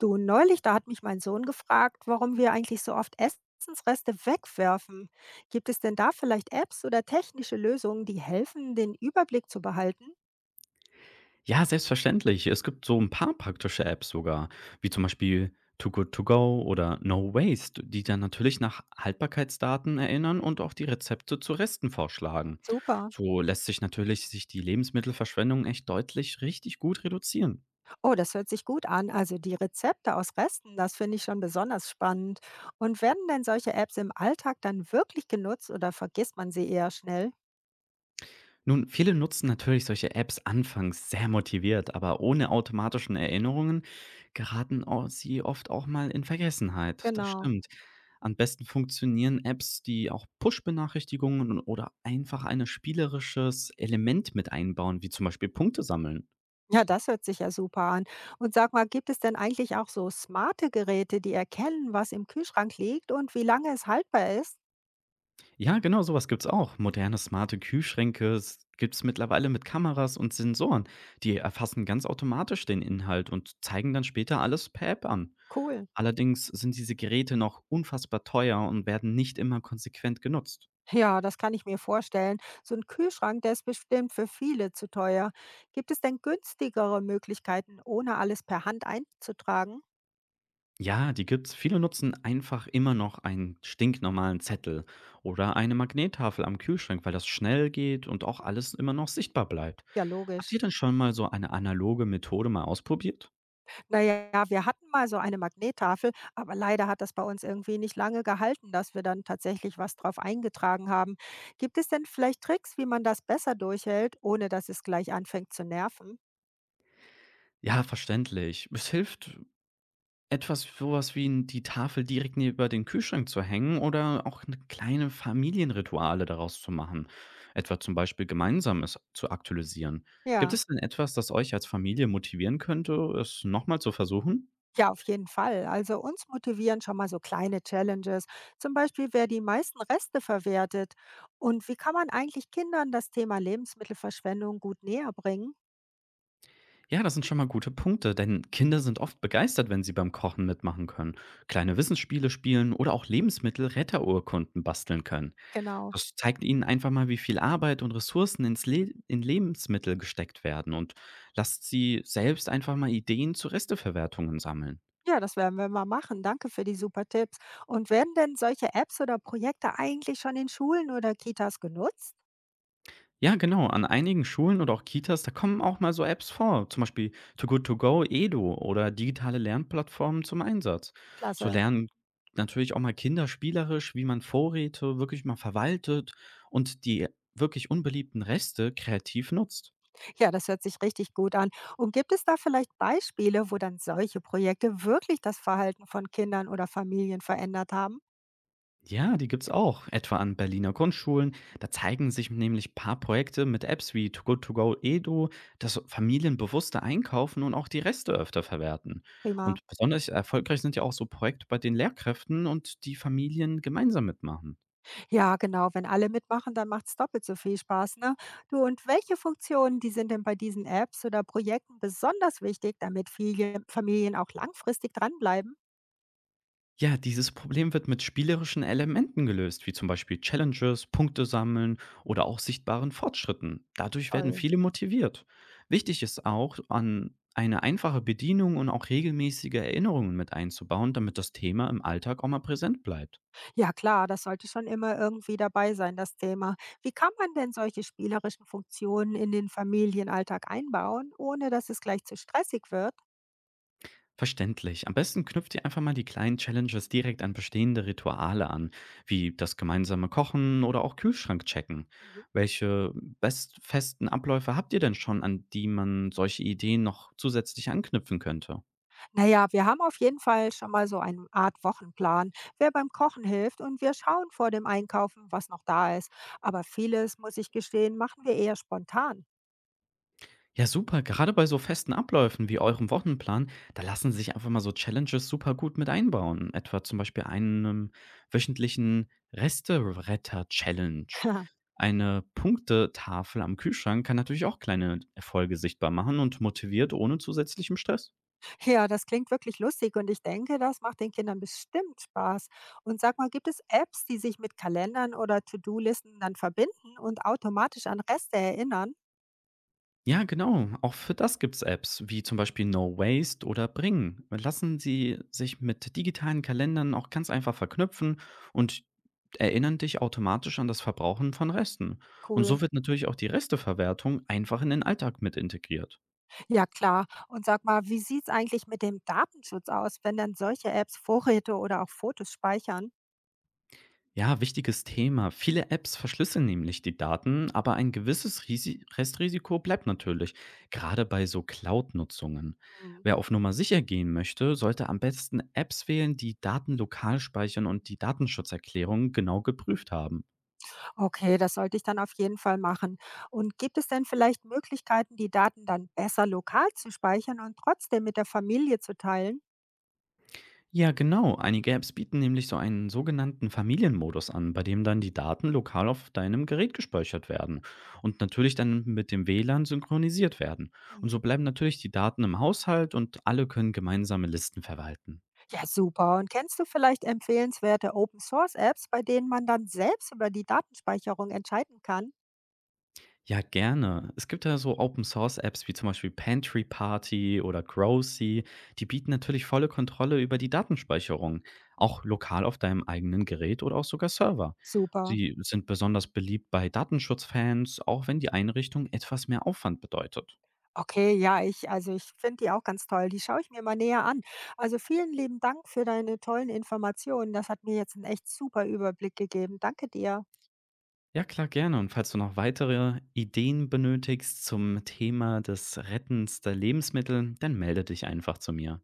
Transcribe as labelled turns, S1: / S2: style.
S1: Du, neulich, da hat mich mein Sohn gefragt, warum wir eigentlich so oft Essensreste wegwerfen. Gibt es denn da vielleicht Apps oder technische Lösungen, die helfen, den Überblick zu behalten?
S2: Ja, selbstverständlich. Es gibt so ein paar praktische Apps sogar, wie zum Beispiel Too Good To Go oder No Waste, die dann natürlich nach Haltbarkeitsdaten erinnern und auch die Rezepte zu Resten vorschlagen.
S1: Super.
S2: So lässt sich natürlich sich die Lebensmittelverschwendung echt deutlich richtig gut reduzieren.
S1: Oh, das hört sich gut an. Also die Rezepte aus Resten, das finde ich schon besonders spannend. Und werden denn solche Apps im Alltag dann wirklich genutzt oder vergisst man sie eher schnell?
S2: Nun, viele nutzen natürlich solche Apps anfangs sehr motiviert, aber ohne automatischen Erinnerungen geraten au sie oft auch mal in Vergessenheit. Das
S1: Genau.
S2: stimmt. Am besten funktionieren Apps, die auch Push-Benachrichtigungen oder einfach ein spielerisches Element mit einbauen, wie zum Beispiel Punkte sammeln.
S1: Ja, das hört sich ja super an. Und sag mal, gibt es denn eigentlich auch so smarte Geräte, die erkennen, was im Kühlschrank liegt und wie lange es haltbar ist?
S2: Ja, genau, sowas gibt's auch. Moderne smarte Kühlschränke gibt's mittlerweile mit Kameras und Sensoren. Die erfassen ganz automatisch den Inhalt und zeigen dann später alles per App an.
S1: Cool.
S2: Allerdings sind diese Geräte noch unfassbar teuer und werden nicht immer konsequent genutzt.
S1: Ja, das kann ich mir vorstellen. So ein Kühlschrank, der ist bestimmt für viele zu teuer. Gibt es denn günstigere Möglichkeiten, ohne alles per Hand einzutragen?
S2: Ja, die gibt's. Viele nutzen einfach immer noch einen stinknormalen Zettel oder eine Magnettafel am Kühlschrank, weil das schnell geht und auch alles immer noch sichtbar bleibt.
S1: Ja,
S2: Habt
S1: logisch.
S2: ihr denn schon mal so eine analoge Methode mal ausprobiert?
S1: Naja, wir hatten mal so eine Magnettafel, aber leider hat das bei uns irgendwie nicht lange gehalten, dass wir dann tatsächlich was drauf eingetragen haben. Gibt es denn vielleicht Tricks, wie man das besser durchhält, ohne dass es gleich anfängt zu nerven?
S2: Ja, verständlich. Es hilft, etwas sowas wie n- die Tafel direkt neben den Kühlschrank zu hängen oder auch eine kleine Familienrituale daraus zu machen. Etwa zum Beispiel gemeinsames zu aktualisieren. Gibt
S1: Ja.
S2: es denn etwas, das euch als Familie motivieren könnte, es nochmal zu versuchen?
S1: Ja, auf jeden Fall. Also uns motivieren schon mal so kleine Challenges. Zum Beispiel, wer die meisten Reste verwertet. Und wie kann man eigentlich Kindern das Thema Lebensmittelverschwendung gut näher bringen?
S2: Ja, das sind schon mal gute Punkte, denn Kinder sind oft begeistert, wenn sie beim Kochen mitmachen können, kleine Wissensspiele spielen oder auch Lebensmittelretterurkunden basteln können.
S1: Genau.
S2: Das zeigt ihnen einfach mal, wie viel Arbeit und Ressourcen ins Le in Lebensmittel gesteckt werden und lasst sie selbst einfach mal Ideen zu Resteverwertungen sammeln.
S1: Ja, das werden wir mal machen. Danke für die super Tipps. Und werden denn solche Apps oder Projekte eigentlich schon in Schulen oder Kitas genutzt?
S2: Ja, genau. An einigen Schulen oder auch Kitas, da kommen auch mal so Apps vor, zum Beispiel Too Good To Go, Edu oder digitale Lernplattformen zum Einsatz. So
S1: Klasse.
S2: lernen natürlich auch mal Kinder spielerisch, wie man Vorräte wirklich mal verwaltet und die wirklich unbeliebten Reste kreativ nutzt.
S1: Ja, das hört sich richtig gut an. Und gibt es da vielleicht Beispiele, wo dann solche Projekte wirklich das Verhalten von Kindern oder Familien verändert haben?
S2: Ja, die gibt's auch, etwa an Berliner Grundschulen. Da zeigen sich nämlich paar Projekte mit Apps wie To Go To Go Edo, dass Familien bewusster einkaufen und auch die Reste öfter verwerten.
S1: Prima.
S2: Und besonders erfolgreich sind ja auch so Projekte, bei denen Lehrkräften und die Familien gemeinsam mitmachen.
S1: Ja, genau. Wenn alle mitmachen, dann macht es doppelt so viel Spaß, ne? Du, und welche Funktionen, die sind denn bei diesen Apps oder Projekten besonders wichtig, damit viele Familien auch langfristig dranbleiben?
S2: Ja, dieses Problem wird mit spielerischen Elementen gelöst, wie zum Beispiel Challenges, Punkte sammeln oder auch sichtbaren Fortschritten. Dadurch werden
S1: Toll.
S2: viele motiviert. Wichtig ist auch, an eine einfache Bedienung und auch regelmäßige Erinnerungen mit einzubauen, damit das Thema im Alltag auch mal präsent bleibt.
S1: Ja, klar, das sollte schon immer irgendwie dabei sein, das Thema. Wie kann man denn solche spielerischen Funktionen in den Familienalltag einbauen, ohne dass es gleich zu stressig wird?
S2: Verständlich. Am besten knüpft ihr einfach mal die kleinen Challenges direkt an bestehende Rituale an, wie das gemeinsame Kochen oder auch Kühlschrank checken.
S1: Mhm.
S2: Welche best festen Abläufe habt ihr denn schon, an die man solche Ideen noch zusätzlich anknüpfen könnte?
S1: Naja, wir haben auf jeden Fall schon mal so eine Art Wochenplan, wer beim Kochen hilft und wir schauen vor dem Einkaufen, was noch da ist. Aber vieles, muss ich gestehen, machen wir eher spontan.
S2: Ja, super. Gerade bei so festen Abläufen wie eurem Wochenplan, da lassen sich einfach mal so Challenges super gut mit einbauen. Etwa zum Beispiel einem wöchentlichen Resteretter-Challenge. Eine Punktetafel am Kühlschrank kann natürlich auch kleine Erfolge sichtbar machen und motiviert ohne zusätzlichem Stress.
S1: Ja, das klingt wirklich lustig und ich denke, das macht den Kindern bestimmt Spaß. Und sag mal, gibt es Apps, die sich mit Kalendern oder To-Do-Listen dann verbinden und automatisch an Reste erinnern?
S2: Ja, genau. Auch für das gibt's Apps wie zum Beispiel No Waste oder Bring. Lassen Sie sich mit digitalen Kalendern auch ganz einfach verknüpfen und erinnern dich automatisch an das Verbrauchen von Resten. Und so
S1: Cool.
S2: wird natürlich auch die Resteverwertung einfach in den Alltag mit integriert.
S1: Ja, klar. Und sag mal, wie sieht es eigentlich mit dem Datenschutz aus, wenn dann solche Apps Vorräte oder auch Fotos speichern?
S2: Ja, wichtiges Thema. Viele Apps verschlüsseln nämlich die Daten, aber ein gewisses Risi Restrisiko bleibt natürlich, gerade bei so Cloud-Nutzungen.
S1: Hm.
S2: Wer auf Nummer sicher gehen möchte, sollte am besten Apps wählen, die Daten lokal speichern und die Datenschutzerklärungen genau geprüft haben.
S1: Okay, das sollte ich dann auf jeden Fall machen. Und gibt es denn vielleicht Möglichkeiten, die Daten dann besser lokal zu speichern und trotzdem mit der Familie zu teilen?
S2: Ja, genau. Einige Apps bieten nämlich so einen sogenannten Familienmodus an, bei dem dann die Daten lokal auf deinem Gerät gespeichert werden und natürlich dann mit dem WLAN synchronisiert werden. Und
S1: Mhm.
S2: so bleiben natürlich die Daten im Haushalt und alle können gemeinsame Listen verwalten.
S1: Ja, super. Und kennst du vielleicht empfehlenswerte Open-Source-Apps, bei denen man dann selbst über die Datenspeicherung entscheiden kann?
S2: Ja, gerne. Es gibt ja so Open-Source-Apps wie zum Beispiel Pantry Party oder Growsy. Die bieten natürlich volle Kontrolle über die Datenspeicherung, auch lokal auf deinem eigenen Gerät oder auch sogar Server.
S1: Super.
S2: Sie sind besonders beliebt bei Datenschutzfans, auch wenn die Einrichtung etwas mehr Aufwand bedeutet.
S1: Okay, ja, ich, also ich finde die auch ganz toll. Die schaue ich mir mal näher an. Also vielen lieben Dank für deine tollen Informationen. Das hat mir jetzt einen echt super Überblick gegeben. Danke dir.
S2: Ja, klar, gerne. Und falls du noch weitere Ideen benötigst zum Thema des Rettens der Lebensmittel, dann melde dich einfach zu mir.